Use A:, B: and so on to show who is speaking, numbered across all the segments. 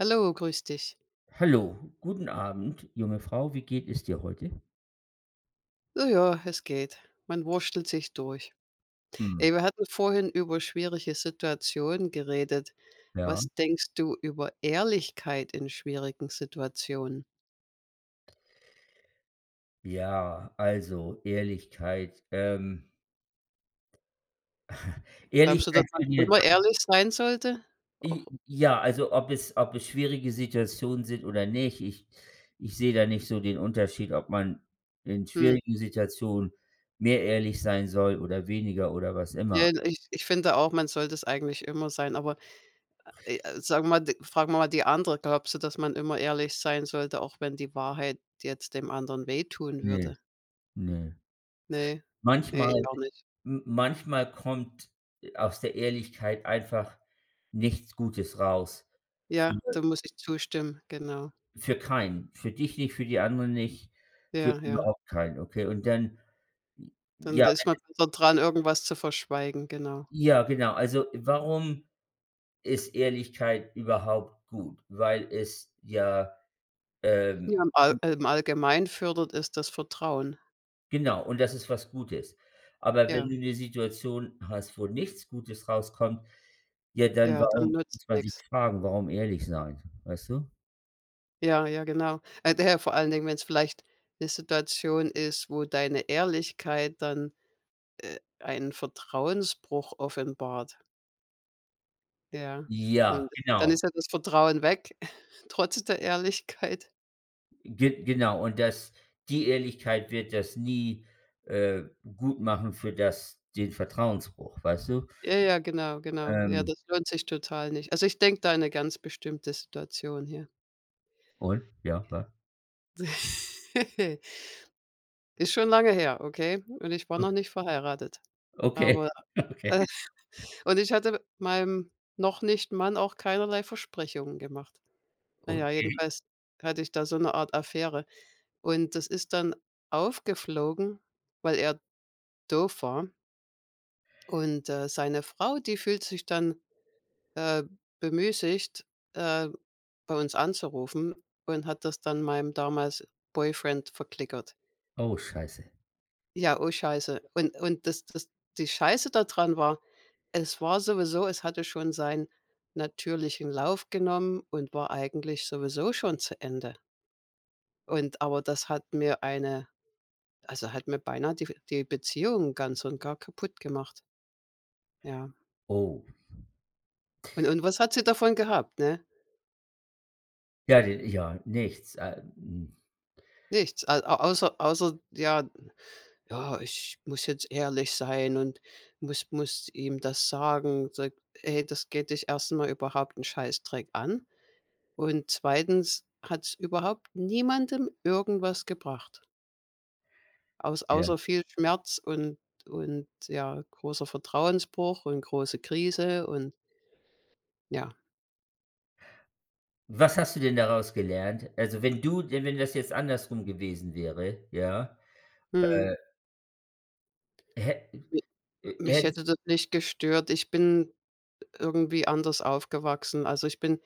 A: Hallo, grüß dich.
B: Hallo, guten Abend, junge Frau. Wie geht es dir heute?
A: So ja, es geht. Man wurstelt sich durch.
B: Hm.
A: Ey, wir hatten vorhin über schwierige Situationen geredet.
B: Ja.
A: Was denkst du über Ehrlichkeit in schwierigen Situationen?
B: Ja, also Ehrlichkeit.
A: Glaubst du, dass
B: Ehrlichkeit
A: man
B: soll dir
A: immer
B: da,
A: ehrlich sein sollte? Auch
B: i ja, also ob es schwierige Situationen sind oder nicht, ich sehe da nicht so den Unterschied, ob man in
A: hm,
B: schwierigen Situationen mehr ehrlich sein soll oder weniger oder was immer.
A: ja, ich finde auch, man sollte es eigentlich immer sein, aber, sagen wir mal d fragen wir mal die andere, glaubst du, dass man immer ehrlich sein sollte, auch wenn die Wahrheit jetzt dem anderen wehtun
B: Ne,
A: würde?
B: ne.
A: Ne, ne, ich
B: Manchmal,
A: auch nicht.
B: m manchmal kommt aus der Ehrlichkeit einfach nichts Gutes raus.
A: Ja, da muss ich zustimmen, genau.
B: Für keinen. Für dich nicht, für die anderen nicht, für
A: Ja, ja.
B: überhaupt keinen, okay? Und dann
A: Dann
B: ja,
A: da ist man besser dran, irgendwas zu verschweigen, genau.
B: ja, genau. Also, warum ist Ehrlichkeit überhaupt gut? Weil es ja,
A: Ja,
B: ähm
A: im Allgemeinen fördert es das Vertrauen.
B: genau, und das ist was Gutes. Aber wenn
A: Ja,
B: du eine Situation hast, wo nichts Gutes rauskommt, ja, dann,
A: ja, dann
B: warum
A: nützt
B: muss man sich
A: nix.
B: fragen, warum ehrlich sein, weißt du?
A: Ja, ja, genau. Daher vor allen Dingen, wenn's vielleicht 'ne Situation ist, wo deine Ehrlichkeit dann, einen Vertrauensbruch offenbart. Ja. Und
B: Ja,
A: dann
B: genau.
A: ist ja das Vertrauen weg, trotz der Ehrlichkeit.
B: Ge genau, und das die Ehrlichkeit wird das nie, äh, gut machen für das den Vertrauensbruch, weißt du?
A: Ja, ja, genau, genau. Ja,
B: Ähm,
A: das lohnt sich total nicht. Also, ich denke da an 'ne ganz bestimmte Situation hier.
B: und? Ja, wa
A: Ist schon lange her, okay? Und ich war noch nicht verheiratet.
B: okay,
A: Aber
B: okay,
A: äh, und ich hatte meinem noch nicht Mann auch keinerlei Versprechungen gemacht. Na ja,
B: okay.
A: jedenfalls hatte ich da so eine Art Affäre. Und das ist dann aufgeflogen, weil er doof war. Und, seine Frau, die fühlt sich dann, äh, bemüßigt, äh, bei uns anzurufen und hat das dann meinem damals Boyfriend verklickert.
B: Oh, scheiße.
A: Ja, oh Scheiße. Und das die Scheiße daran war, es war sowieso, es hatte schon seinen natürlichen Lauf genommen und war eigentlich sowieso schon zu Ende. Und aber das hat mir eine, also, hat mir beinahe die Beziehung ganz und gar kaputt gemacht, ja.
B: Oh.
A: Und was hat sie davon gehabt, ne?
B: Ja, d ja, nichts, hm,
A: Nichts, a au außer ja, ja, ich muss jetzt ehrlich sein und muss ihm das sagen, sage: „Ey, das geht dich erst mal überhaupt 'n Scheißdreck an.“ Und zweitens hat es überhaupt niemandem irgendwas gebracht, aus
B: ja.
A: außer viel Schmerz und ja, großer Vertrauensbruch und große Krise und ja.
B: Was hast du denn daraus gelernt? Also, wenn du denn wenn das jetzt andersrum gewesen wäre, ja,
A: Mhm.
B: äh, hä
A: Mi mich
B: hättest
A: hätte das nicht gestört. Ich bin irgendwie anders aufgewachsen. Also, ich bin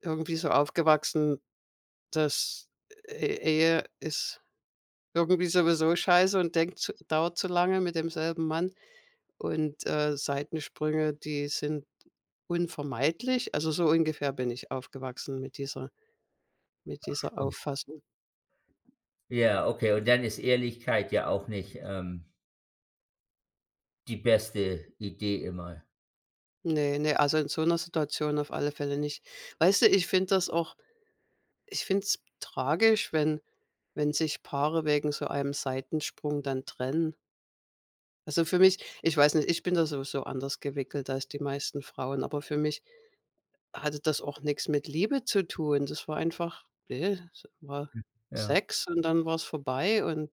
A: irgendwie so aufgewachsen, dass E Ehe ist irgendwie sowieso scheiße und denkt zu dauert zu lange mit demselben Mann und, Seitensprünge, die sind unvermeidlich, also so ungefähr bin ich aufgewachsen mit dieser
B: du,
A: Auffassung.
B: ja, okay, und dann ist Ehrlichkeit ja auch nicht, die beste Idee immer,
A: Ne, ne, also in so einer Situation auf alle Fälle nicht. Weißt du, ich finde das auch, ich finde es tragisch, wenn sich Paare wegen so einem Seitensprung dann trennen. Also für mich, ich weiß nicht, ich bin da sowieso anders gewickelt als die meisten Frauen, aber für mich hatte das auch nichts mit Liebe zu tun. Das war einfach, ne, es war
B: ja.
A: Sex und dann war's vorbei und,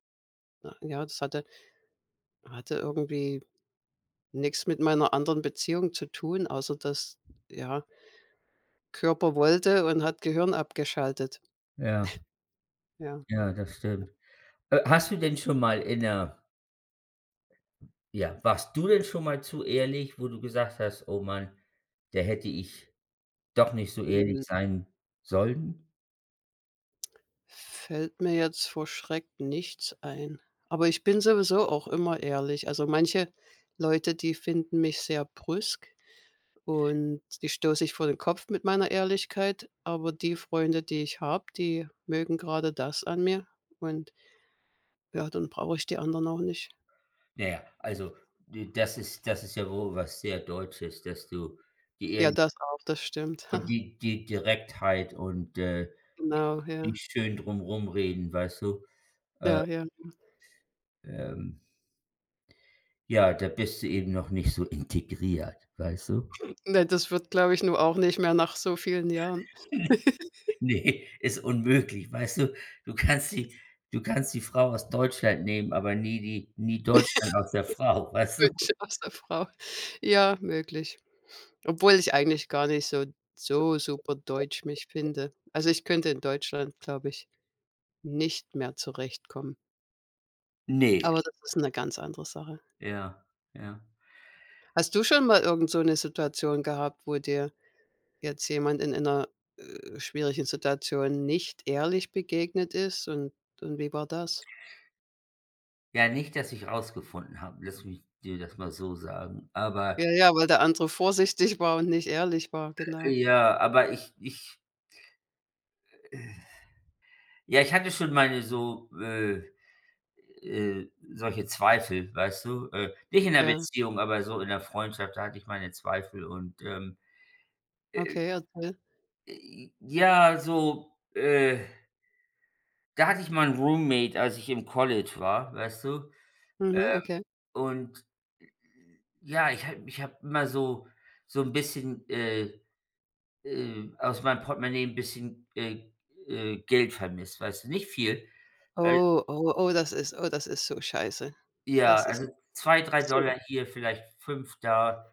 A: na ja, das hatte irgendwie nichts mit meiner anderen Beziehung zu tun, außer dass, ja, Körper wollte und hat Gehirn abgeschaltet.
B: Ja,
A: Ja.
B: ja, das stimmt. Hast du denn schon mal ja, warst du denn schon mal zu ehrlich, wo du gesagt hast: „Oh Mann, da hätte ich doch nicht so ehrlich
A: Mhm.
B: sein sollen?“
A: Fällt mir jetzt vor Schreck nichts ein. Aber ich bin sowieso auch immer ehrlich. Also, manche Leute, die finden mich sehr brüsk und die stoße ich vor den Kopf mit meiner Ehrlichkeit, aber die Freunde, die ich habe, die mögen gerade das an mir und ja, dann brauche ich die anderen auch nicht.
B: Naja, also, d das ist ja wohl was sehr Deutsches, dass du die
A: Ja,
B: Ehrlichkeit
A: das auch, das stimmt.
B: und die Direktheit und,
A: Genau, ja.
B: nicht schön drum reden, weißt du? Äh,
A: Ja, ja.
B: ähm, ja, da bist du eben noch nicht so integriert, weißt du?
A: Ne, das wird, glaube ich, nur auch nicht mehr nach so vielen Jahren.
B: Nee, ist unmöglich, weißt du? Du kannst die Du kannst die Frau aus Deutschland nehmen, aber nie Deutschland aus der Frau, weißt du?
A: Wünsche aus der Frau. Ja, möglich. Obwohl ich eigentlich gar nicht so, so super deutsch mich finde. Also, ich könnte in Deutschland, glaube ich, nicht mehr zurechtkommen.
B: Nee,
A: Aber das ist eine ganz andere Sache.
B: ja, ja.
A: Hast du schon mal irgend so eine Situation gehabt, wo dir jetzt jemand in einer schwierigen Situation nicht ehrlich begegnet ist und wie war das?
B: Ja, nicht, dass ich rausgefunden habe, lass mich dir das mal so sagen. Aber
A: Ja, ja, weil der andere vorsichtig war und nicht ehrlich war, genau.
B: ja, aber äh, ja, ich hatte schon solche Zweifel, weißt du? Nicht in der
A: Ja,
B: Beziehung, aber so in der Freundschaft, da hatte ich meine Zweifel und,
A: okay, erzähl.
B: ja, so, da hatte ich mal 'n Roommate, als ich im College war, weißt du?
A: Mhm, okay.
B: Und ja, ich habe immer so, 'n bisschen, aus meinem Portemonnaie 'n bisschen, Geld vermisst, weißt du? Nicht viel. Äh,
A: Oh, oh, oh, das ist, oh, das ist so scheiße.
B: ja,
A: Das
B: also
A: ist
B: zwei, drei
A: so,
B: Dollar hier, vielleicht 5 da.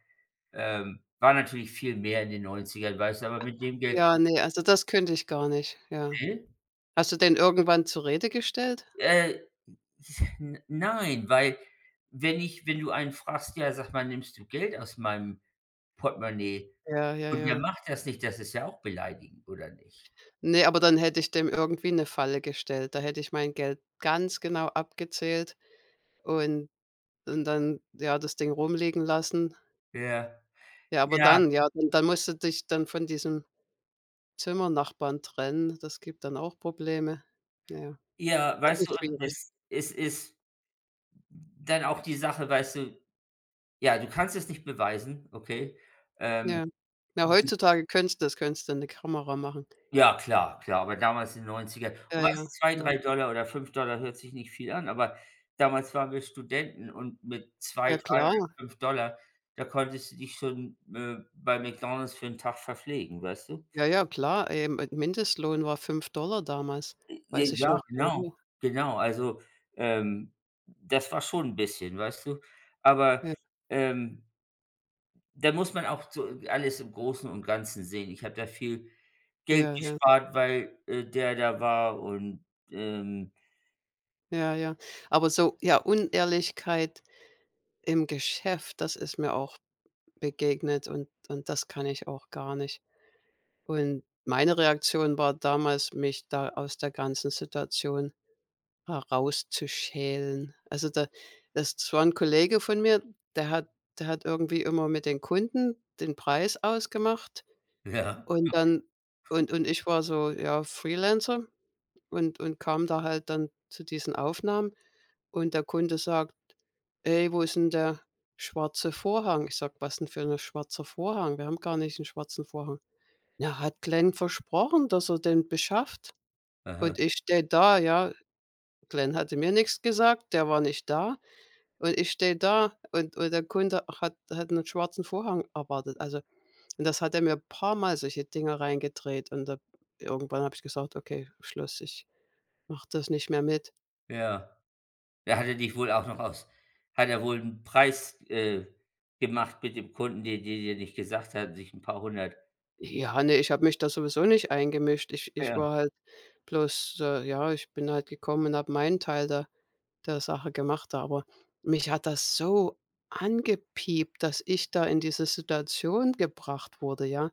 B: War natürlich viel mehr in den Neunzigern, weißt du, aber mit dem Geld
A: ja,
B: konnte.
A: ne, also das könnte ich gar nicht, ja. Hast du den irgendwann zur Rede gestellt?
B: Äh, n nein, weil wenn du einen fragst: „Ja, sag mal, nimmst du Geld aus meinem Portemonnaie.“
A: Ja, ja,
B: Und der
A: ja.
B: macht das nicht, das ist ja auch beleidigend, oder nicht?
A: Ne, aber dann hätte ich dem irgendwie eine Falle gestellt. Da hätte ich mein Geld ganz genau abgezählt und und dann, ja, das Ding rumliegen lassen.
B: Ja,
A: Ja, aber
B: ja,
A: dann, ja, dann musst du dich dann von diesem Zimmernachbarn trennen. Das gibt dann auch Probleme. Ja,
B: ja,
A: das
B: weißt du,
A: ist
B: und
A: schwierig.
B: es ist dann auch die Sache, weißt du, ja, du kannst es nicht beweisen, okay? Ähm,
A: Ja. Na, heutzutage könntest das, könntest du 'ne Kamera machen.
B: ja, klar, klar, aber damals in den 90,
A: Ja,
B: und weißt
A: ja,
B: du, zwei,
A: genau.
B: drei Dollar oder fünf Dollar hört sich nicht viel an, aber damals waren wir Studenten, und mit zwei,
A: Ja
B: 3 oder
A: klar,
B: fünf Dollar da konntest du dich schon, bei McDonald's für einen Tag verpflegen, weißt du?
A: ja, ja, klar. Mindestlohn war $5 damals,
B: J
A: weiß ich
B: ja,
A: noch
B: genau,
A: genau.
B: genau. Also, ähm, das war schon ein bisschen, weißt du? Aber,
A: Ja,
B: ähm, da muss man auch so alles im Großen und Ganzen sehen. Ich habe da viel Geld
A: ja, ja,
B: gespart, weil, der da war und, ähm
A: ja, ja. Aber so, ja, Unehrlichkeit im Geschäft, das ist mir auch begegnet und das kann ich auch gar nicht. Und meine Reaktion war damals, mich da aus der ganzen Situation herauszuschälen. Also, da das war ein Kollege von mir, der hat der hat irgendwie immer mit den Kunden den Preis ausgemacht
B: ja,
A: und dann und ich war so, ja, Freelancer und kam da halt dann zu diesen Aufnahmen und der Kunde sagt: „Ey, wo ist denn der schwarze Vorhang?“ Ich sag: „Was 'n für ein schwarzer Vorhang? Wir haben gar nicht einen schwarzen Vorhang.“ „Na, hat Glenn versprochen, dass er den beschafft.“
B: aha,
A: Und ich stehe da, ja, Glenn hatte mir nichts gesagt, der war nicht da. Und ich stehe da und der Kunde hat hat einen schwarzen Vorhang erwartet. Also, und das hat er mir ein paar mal solche Dinge reingedreht und da irgendwann habe ich gesagt: „Okay, Schluss, ich mache das nicht mehr mit.“
B: ja. Da hat er dich wohl auch noch, aus hat er wohl einen Preis, gemacht mit dem Kunden, den er nicht gesagt hat, sich ein paar hundert.
A: Ja, ne, ich habe mich da sowieso nicht eingemischt. Ich
B: Ja,
A: war halt bloß, äh, ja, ich bin halt gekommen und habe meinen Teil der der Sache gemacht, aber mich hat das so angepiept, dass ich da in diese Situation gebracht wurde, ja.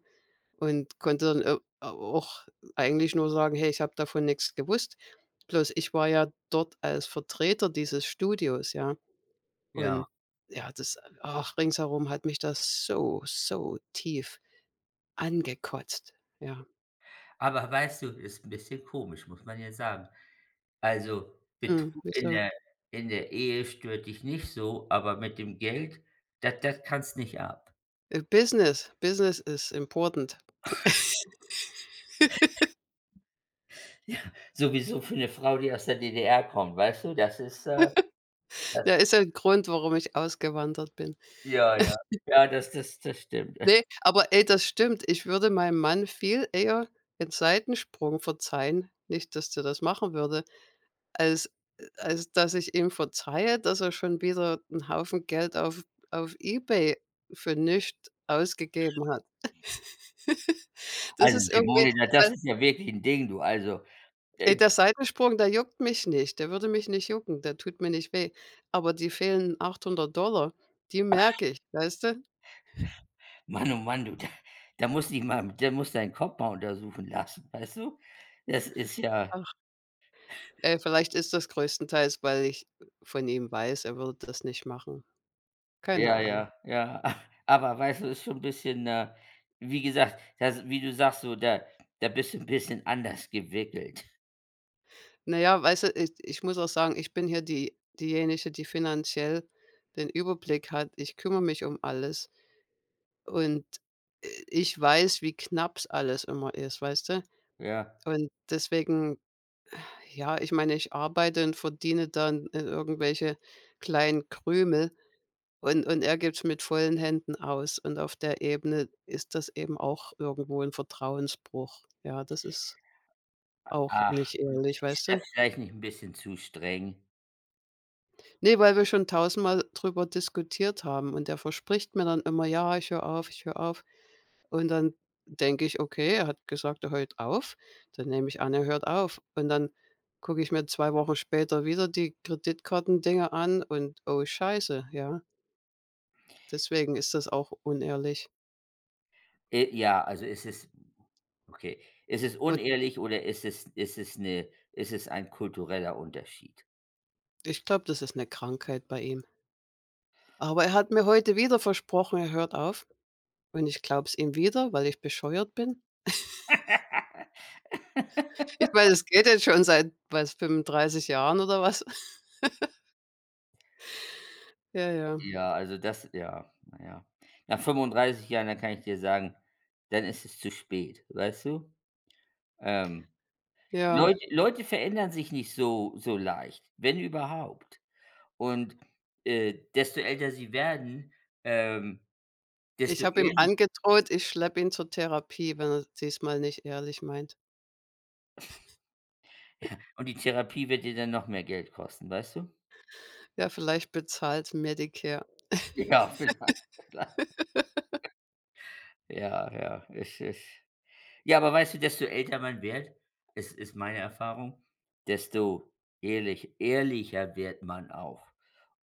A: Und konnte dann au auch eigentlich nur sagen: „Hey, ich habe davon nichts gewusst.“ Bloß ich war ja dort als Vertreter dieses Studios, ja.
B: ja.
A: Und ja, das ach, ringsherum hat mich das so, so tief angekotzt, ja.
B: Aber weißt du, ist ein bisschen komisch, muss man ja sagen. Also,
A: Mhm,
B: Betrug
A: wieso?
B: in der Ehe stört dich nicht so, aber mit dem Geld, das kannst nicht ab.
A: Business, Business is important.
B: Ja, sowieso für eine Frau, die aus der DDR kommt, weißt du? Das ist, das
A: Da ist ja 'n Grund, warum ich ausgewandert bin.
B: ja, ja. Ja, das stimmt.
A: Nee aber ey, das stimmt. Ich würde meinem Mann viel eher 'n Seitensprung verzeihen, nicht, dass der das machen würde, als als dass ich ihm verzeihe, dass er schon wieder einen Haufen Geld auf eBay für nichts ausgegeben hat. Das
B: Also,
A: ist irgendwie,
B: Simone, na,
A: weil,
B: das ist ja wirklich ein Ding, du. Also,
A: ey,
B: äh,
A: der Seitensprung, der juckt mich nicht. Der würde mich nicht jucken, der tut mir nicht weh. Aber die fehlenden $800, die merke ich, weißt du?
B: Mann, oh Mann, du, da muss deinen Kopf mal untersuchen lassen, weißt du? Das ist ja.
A: Ach, ey, vielleicht ist das größtenteils, weil ich von ihm weiß, er würde das nicht machen. Keine
B: Ja,
A: Ahnung.
B: ja, ja. Aber weißt du, ist schon ein bisschen, wie gesagt, das wie du sagst, so da bist du 'n bisschen anders gewickelt,
A: Na ja, weißt du, ich muss auch sagen, ich bin hier die diejenige, die finanziell den Überblick hat. Ich kümmere mich um alles und, ich weiß, wie knapp's alles immer ist, weißt du?
B: ja.
A: Und deswegen, ja, ich meine, ich arbeite und verdiene dann, irgendwelche kleinen Krümel und er gibt's mit vollen Händen aus und auf der Ebene ist das eben auch irgendwo ein Vertrauensbruch. Ja, das ist auch
B: Ach,
A: nicht
B: und
A: ehrlich,
B: siehst
A: weißt
B: da
A: du?
B: vielleicht nicht ein bisschen zu streng?
A: Ne, weil wir schon tausendmal drüber diskutiert haben und er verspricht mir dann immer: „Ja, ich höre auf, ich höre auf.“ Und dann denke ich: „Okay, er hat gesagt, er hört auf.“ Dann nehme ich an, er hört auf. Und dann gucke ich mir 2 Wochen später wieder die Kreditkartendinger an und oh scheiße, ja. Deswegen ist das auch unehrlich.
B: Ja, also ist es okay. Ist okay, es
A: Und
B: unehrlich, oder ist es, ist es ein kultureller Unterschied?
A: ich glaube, das ist eine Krankheit bei ihm. Aber er hat mir heute wieder versprochen, er hört auf und ich glaube es ihm wieder, weil ich bescheuert bin. Ich meine, es geht jetzt schon seit, weiß, 35 Jahren oder was. Ja, ja,
B: Ja, also das ja, na ja. Nach 35 Jahren, dann kann ich dir sagen, dann ist es zu spät, weißt du? Ähm
A: ja.
B: Leute verändern sich nicht so leicht, wenn überhaupt. Und, desto älter sie werden, ähm,
A: Ich
B: desto
A: habe ihm
B: ehrlich
A: angedroht, ich schleppe ihn zur Therapie, wenn er diesmal nicht ehrlich meint.
B: und die Therapie wird dir dann noch mehr Geld kosten, weißt du?
A: Ja, vielleicht bezahlt Medicare.
B: Ja, vielleicht, vielleicht. Ja, ja, es ist, ja, aber weißt du, desto älter man wird, es ist meine Erfahrung, desto ehrlicher wird man auch.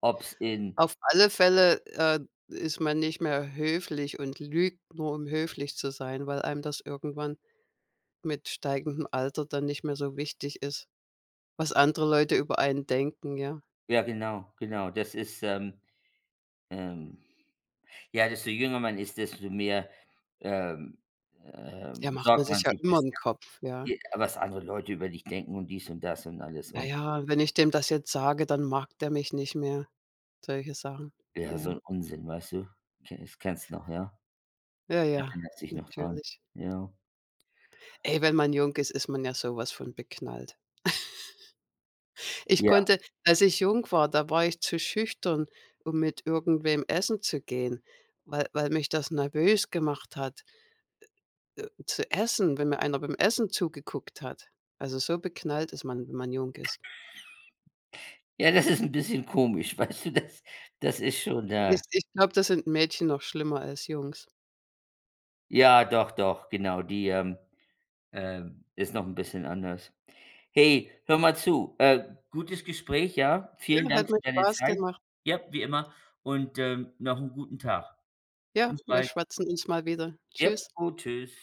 B: Ob's in
A: Auf alle Fälle, ist man nicht mehr höflich und lügt nur, um höflich zu sein, weil einem das irgendwann mit steigendem Alter dann nicht mehr so wichtig ist, was andere Leute über einen denken, ja.
B: ja genau, genau, ähm ja, desto jünger man ist, desto mehr, ähm,
A: Ja, macht man
B: sorgt
A: sich
B: man
A: ja
B: sich,
A: immer
B: was
A: 'n Kopf, ja.
B: die was andere Leute über dich denken und dies und das und alles
A: „Ja,
B: und
A: ja, wenn ich dem das jetzt sage, dann mag der mich nicht mehr.“ Solche Sachen.
B: ja, so
A: Ja.
B: ein Unsinn, weißt du? Ke das kennst du noch, ja?
A: Ja, ja,
B: Erinnerst dich noch dran.
A: natürlich.
B: Ja.
A: Ey, wenn man jung ist, ist man ja sowas von beknallt. Ich
B: Ja.
A: konnte, als ich jung war, da war ich zu schüchtern, um mit irgendwem essen zu gehen, weil mich das nervös gemacht hat, zu essen, wenn mir einer beim Essen zugeguckt hat. Also, so beknallt ist man, wenn man jung ist.
B: Ja, das ist ein bisschen komisch, weißt du? Das ist schon da.
A: Ich glaube, das sind Mädchen noch schlimmer als Jungs.
B: Ja, doch, doch, genau, die, ist noch ein bisschen anders. Hey, hör mal zu, gutes Gespräch, ja? Vielen
A: Ja,
B: Dank
A: hat mir
B: für deine
A: Spaß
B: Zeit.
A: gemacht.
B: Ja, wie immer, und, noch einen guten Tag.
A: Ja,
B: Bis
A: wir
B: bald.
A: schwatzen uns mal wieder.
B: Ja,
A: Tschüss.
B: gut, tschüss.